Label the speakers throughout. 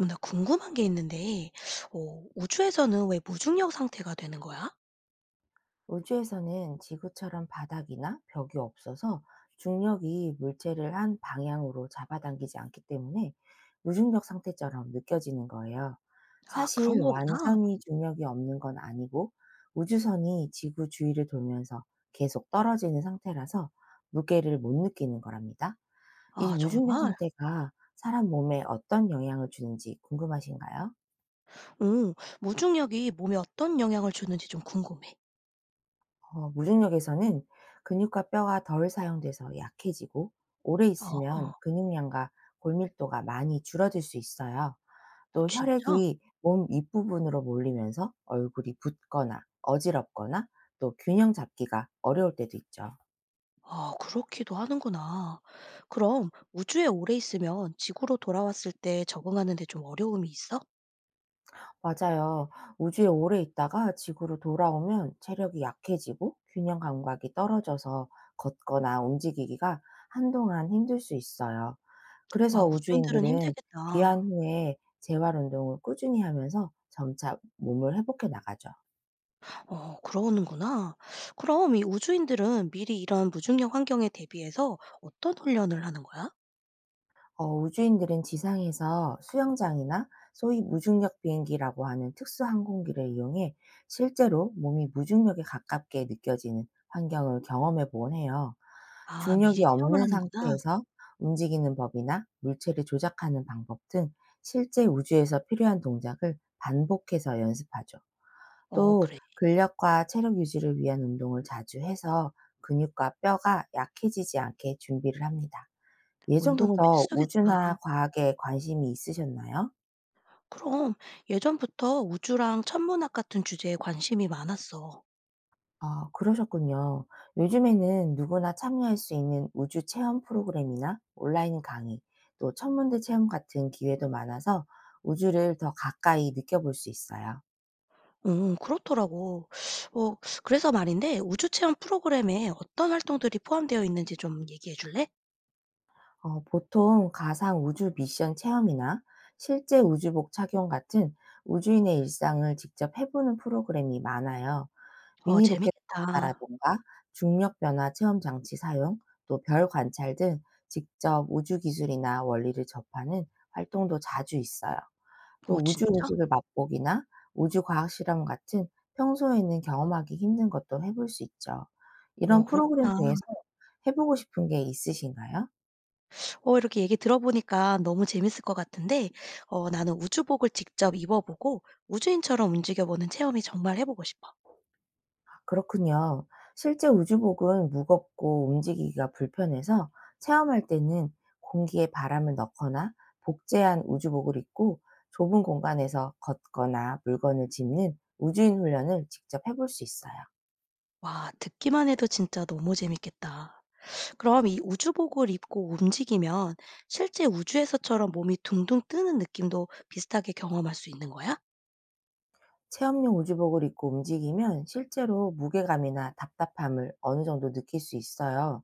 Speaker 1: 나 궁금한 게 있는데 우주에서는 왜 무중력 상태가 되는 거야?
Speaker 2: 우주에서는 지구처럼 바닥이나 벽이 없어서 중력이 물체를 한 방향으로 잡아당기지 않기 때문에 무중력 상태처럼 느껴지는 거예요.
Speaker 1: 아, 그런
Speaker 2: 사실
Speaker 1: 거구나.
Speaker 2: 완전히 중력이 없는 건 아니고 우주선이 지구 주위를 돌면서 계속 떨어지는 상태라서 무게를 못 느끼는 거랍니다. 이
Speaker 1: 아,
Speaker 2: 무중력
Speaker 1: 정말?
Speaker 2: 상태가 사람 몸에 어떤 영향을 주는지 궁금하신가요?
Speaker 1: 오, 무중력이 몸에 어떤 영향을 주는지 좀 궁금해.
Speaker 2: 무중력에서는 근육과 뼈가 덜 사용돼서 약해지고 오래
Speaker 1: 아.
Speaker 2: 있으면 근육량과 골밀도가 많이 줄어들 수 있어요.
Speaker 1: 어,
Speaker 2: 또
Speaker 1: 진짜?
Speaker 2: 혈액이 몸 윗부분으로 몰리면서 얼굴이 붓거나 어지럽거나 또 균형 잡기가 어려울 때도 있죠.
Speaker 1: 아, 그렇기도 하는구나. 그럼 우주에 오래 있으면 지구로 돌아왔을 때 적응하는 데 좀 어려움이 있어?
Speaker 2: 맞아요. 우주에 오래 있다가 지구로 돌아오면 체력이 약해지고 균형 감각이 떨어져서 걷거나 움직이기가 한동안 힘들 수 있어요.
Speaker 1: 와,
Speaker 2: 그래서
Speaker 1: 우주인들은
Speaker 2: 우주인들은 귀환
Speaker 1: 힘들겠다.
Speaker 2: 후에 재활 운동을 꾸준히 하면서 점차 몸을 회복해 나가죠.
Speaker 1: 어, 그러는구나. 그럼 이 우주인들은 미리 이런 무중력 환경에 대비해서 어떤 훈련을 하는 거야?
Speaker 2: 우주인들은 지상에서 수영장이나 소위 무중력 비행기라고 하는 특수 항공기를 이용해 실제로 몸이 무중력에 가깝게 느껴지는 환경을 경험해 보곤 해요.
Speaker 1: 아, 미리
Speaker 2: 중력이
Speaker 1: 체험을
Speaker 2: 없는
Speaker 1: 하는구나.
Speaker 2: 상태에서 움직이는 법이나 물체를 조작하는 방법 등 실제 우주에서 필요한 동작을 반복해서 연습하죠.
Speaker 1: 어,
Speaker 2: 또
Speaker 1: 그래.
Speaker 2: 근력과 체력 유지를 위한 운동을 자주 해서 근육과 뼈가 약해지지 않게 준비를 합니다.
Speaker 1: 운동은
Speaker 2: 예전부터 우주나
Speaker 1: 필수겠다.
Speaker 2: 과학에 관심이 있으셨나요?
Speaker 1: 그럼 예전부터 우주랑 천문학 같은 주제에 관심이 많았어.
Speaker 2: 아, 그러셨군요. 요즘에는 누구나 참여할 수 있는 우주 체험 프로그램이나 온라인 강의, 또 천문대 체험 같은 기회도 많아서 우주를 더 가까이 느껴볼 수 있어요.
Speaker 1: 응, 그렇더라고. 어 그래서 말인데 우주 체험 프로그램에 어떤 활동들이 포함되어 있는지 좀 얘기해 줄래?
Speaker 2: 보통 가상 우주 미션 체험이나 실제 우주복 착용 같은 우주인의 일상을 직접 해보는 프로그램이 많아요.
Speaker 1: 어,
Speaker 2: 미니 로켓
Speaker 1: 재밌겠다.
Speaker 2: 발사라든가 중력 변화 체험 장치 사용, 또 별 관찰 등 직접 우주 기술이나 원리를 접하는 활동도 자주 있어요.
Speaker 1: 어,
Speaker 2: 또 우주
Speaker 1: 진짜?
Speaker 2: 음식을 맛보기나 우주 과학 실험 같은 평소에는 경험하기 힘든 것도 해볼 수 있죠.
Speaker 1: 어,
Speaker 2: 이런 프로그램
Speaker 1: 그렇구나.
Speaker 2: 중에서 해 보고 싶은 게 있으신가요?
Speaker 1: 어, 이렇게 얘기 들어보니까 너무 재밌을 것 같은데 나는 우주복을 직접 입어보고 우주인처럼 움직여보는 체험이 정말 해 보고 싶어.
Speaker 2: 그렇군요. 실제 우주복은 무겁고 움직이기가 불편해서 체험할 때는 공기에 바람을 넣거나 복제한 우주복을 입고 좁은 공간에서 걷거나 물건을 짚는 우주인 훈련을 직접 해볼 수 있어요.
Speaker 1: 와, 듣기만 해도 진짜 너무 재밌겠다. 그럼 이 우주복을 입고 움직이면 실제 우주에서처럼 몸이 둥둥 뜨는 느낌도 비슷하게 경험할 수 있는 거야?
Speaker 2: 체험용 우주복을 입고 움직이면 실제로 무게감이나 답답함을 어느 정도 느낄 수 있어요.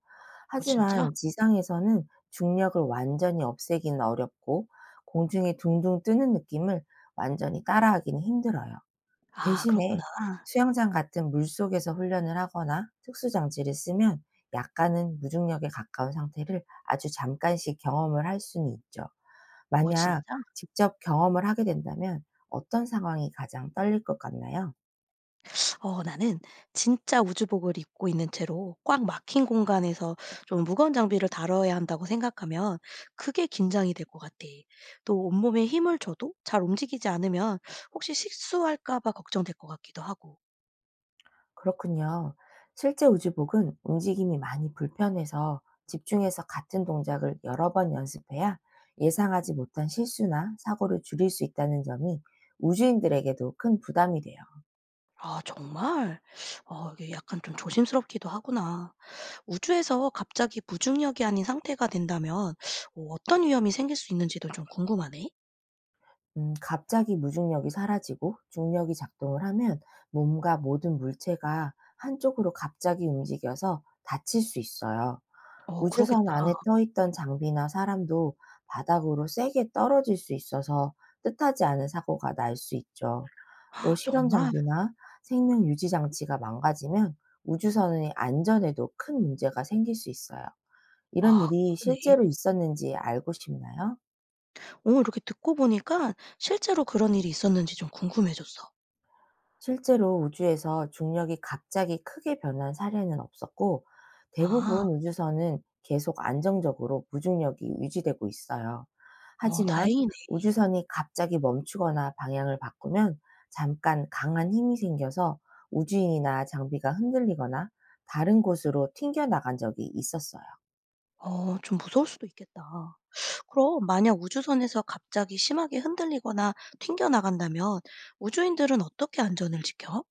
Speaker 1: 어, 진짜?
Speaker 2: 하지만 지상에서는 중력을 완전히 없애기는 어렵고 공중에 둥둥 뜨는 느낌을 완전히 따라하기는 힘들어요.
Speaker 1: 아, 그렇구나.
Speaker 2: 대신에 수영장 같은 물속에서 훈련을 하거나 특수 장치를 쓰면 약간은 무중력에 가까운 상태를 아주 잠깐씩 경험을 할 수는 있죠.
Speaker 1: 어,
Speaker 2: 만약
Speaker 1: 진짜?
Speaker 2: 직접 경험을 하게 된다면 어떤 상황이 가장 떨릴 것 같나요?
Speaker 1: 나는 진짜 우주복을 입고 있는 채로 꽉 막힌 공간에서 좀 무거운 장비를 다뤄야 한다고 생각하면 그게 긴장이 될 것 같아. 또 온몸에 힘을 줘도 잘 움직이지 않으면 혹시 실수할까 봐 걱정될 것 같기도 하고.
Speaker 2: 그렇군요. 실제 우주복은 움직임이 많이 불편해서 집중해서 같은 동작을 여러 번 연습해야 예상하지 못한 실수나 사고를 줄일 수 있다는 점이 우주인들에게도 큰 부담이 돼요.
Speaker 1: 아, 정말? 어, 이게 약간 좀 조심스럽기도 하구나. 우주에서 갑자기 무중력이 아닌 상태가 된다면 어떤 위험이 생길 수 있는지도 좀 궁금하네.
Speaker 2: 갑자기 무중력이 사라지고 중력이 작동을 하면 몸과 모든 물체가 한쪽으로 갑자기 움직여서 다칠 수 있어요.
Speaker 1: 어,
Speaker 2: 우주선
Speaker 1: 그러겠다.
Speaker 2: 안에 떠 있던 장비나 사람도 바닥으로 세게 떨어질 수 있어서 뜻하지 않은 사고가 날 수 있죠. 또
Speaker 1: 헉,
Speaker 2: 실험
Speaker 1: 정말?
Speaker 2: 장비나 생명 유지 장치가 망가지면 우주선의 안전에도 큰 문제가 생길 수 있어요. 이런
Speaker 1: 와,
Speaker 2: 일이
Speaker 1: 그러네.
Speaker 2: 실제로 있었는지 알고 싶나요?
Speaker 1: 오, 이렇게 듣고 보니까 실제로 그런 일이 있었는지 좀 궁금해졌어.
Speaker 2: 실제로 우주에서 중력이 갑자기 크게 변한 사례는 없었고,
Speaker 1: 아.
Speaker 2: 대부분 우주선은 계속 안정적으로 무중력이 유지되고 있어요.
Speaker 1: 어,
Speaker 2: 하지만
Speaker 1: 다행이네.
Speaker 2: 우주선이 갑자기 멈추거나 방향을 바꾸면 잠깐 강한 힘이 생겨서 우주인이나 장비가 흔들리거나 다른 곳으로 튕겨나간 적이 있었어요.
Speaker 1: 어, 좀 무서울 수도 있겠다. 그럼 만약 우주선에서 갑자기 심하게 흔들리거나 튕겨나간다면 우주인들은 어떻게 안전을 지켜?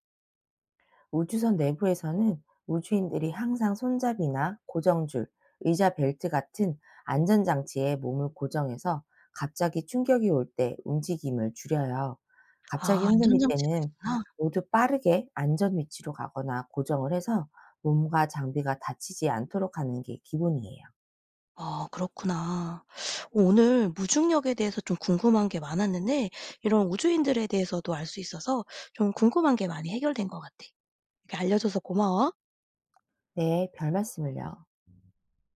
Speaker 2: 우주선 내부에서는 우주인들이 항상 손잡이나 고정줄, 의자 벨트 같은 안전장치에 몸을 고정해서 갑자기 충격이 올 때 움직임을 줄여요. 갑자기
Speaker 1: 아,
Speaker 2: 흔들릴
Speaker 1: 안전장치가
Speaker 2: 때는
Speaker 1: 있구나.
Speaker 2: 모두 빠르게 안전 위치로 가거나 고정을 해서 몸과 장비가 다치지 않도록 하는 게 기본이에요.
Speaker 1: 아, 그렇구나. 오늘 무중력에 대해서 좀 궁금한 게 많았는데 이런 우주인들에 대해서도 알 수 있어서 좀 궁금한 게 많이 해결된 것 같아. 이렇게 알려줘서 고마워.
Speaker 2: 네, 별 말씀을요.